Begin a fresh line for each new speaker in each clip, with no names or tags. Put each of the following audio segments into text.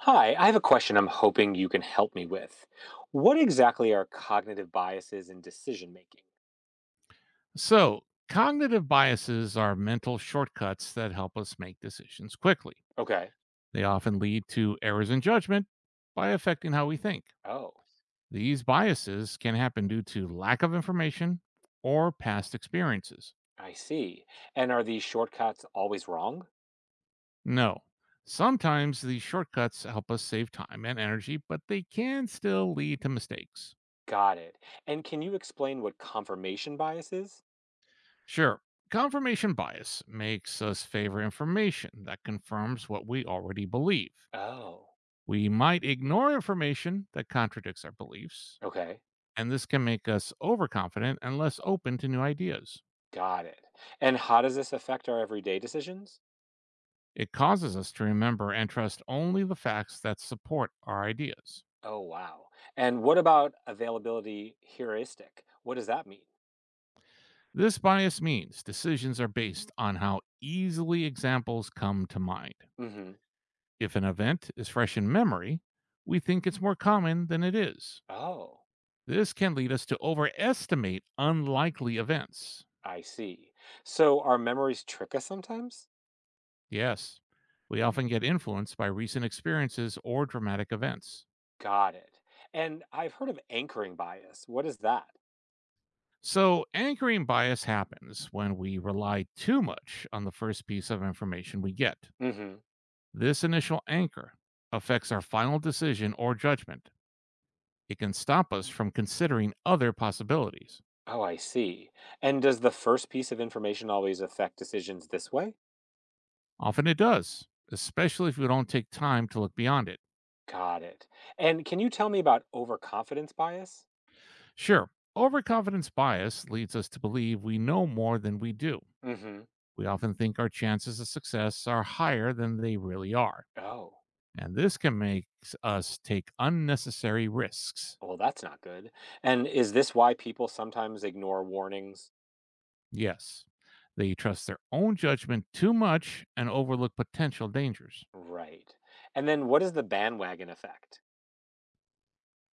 Hi, I have a question I'm hoping you can help me with. What exactly are cognitive biases in decision making?
So, cognitive biases are mental shortcuts that help us make decisions quickly.
Okay.
They often lead to errors in judgment by affecting how we think.
Oh,
These biases can happen due to lack of information or past experiences.
I see. And are these shortcuts always wrong?
No, sometimes these shortcuts help us save time and energy, but they can still lead to mistakes.
Got it. And can you explain what confirmation bias is?
Sure, confirmation bias makes us favor information that confirms what we already believe.
Oh,
We might ignore information that contradicts our beliefs,
okay.
and this can make us overconfident and less open to new ideas.
Got it. And how does this affect our everyday decisions?
It causes us to remember and trust only the facts that support our ideas.
Oh, wow. And what about availability heuristic? What does that mean?
This bias means decisions are based on how easily examples come to mind.
Mm hmm.
If an event is fresh in memory, we think it's more common than it is.
Oh,
This can lead us to overestimate unlikely events.
I see. So, our memories trick us sometimes?
Yes, we often get influenced by recent experiences or dramatic events.
Got it. And I've heard of anchoring bias. What is that?
So, anchoring bias happens when we rely too much on the first piece of information we get.
Hmm.
This initial anchor affects our final decision or judgment. It can stop us from considering other possibilities.
Oh, I see. And does the first piece of information always affect decisions this way?
Often it does, especially if we don't take time to look beyond it.
Got it. And can you tell me about overconfidence bias?
Sure, overconfidence bias leads us to believe we know more than we do.
Hmm.
We often think our chances of success are higher than they really are,
Oh,
and this can make us take unnecessary risks.
well, that's not good. And is this why people sometimes ignore warnings?
Yes, they trust their own judgment too much and overlook potential dangers.
Right. And then what is the bandwagon effect?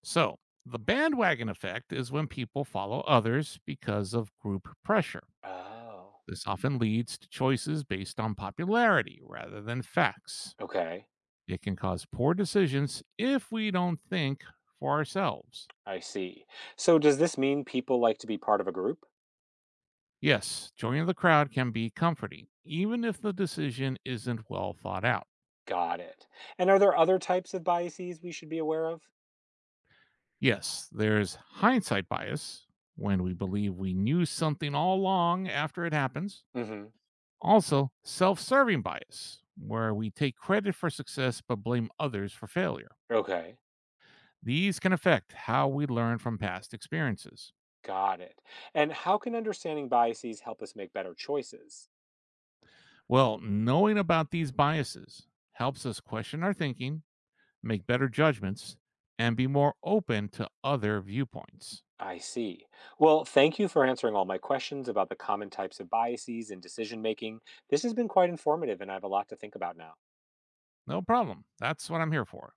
So, the bandwagon effect is when people follow others because of group pressure.
Oh.
This often leads to choices based on popularity rather than facts.
Okay,
It can cause poor decisions if we don't think for ourselves.
I see. So does this mean people like to be part of a group?
Yes, joining the crowd can be comforting, even if the decision isn't well thought out.
Got it. And are there other types of biases we should be aware of?
Yes, there's hindsight bias when we believe we knew something all along after it happens.
Hmm.
Also, self serving bias, where we take credit for success but blame others for failure.
Okay,
These can affect how we learn from past experiences.
got it. And how can understanding biases help us make better choices?
Well, knowing about these biases helps us question our thinking, make better judgments, and be more open to other viewpoints.
I see. Well, thank you for answering all my questions about the common types of biases in decision making. This has been quite informative, and I have a lot to think about now.
No problem. That's what I'm here for.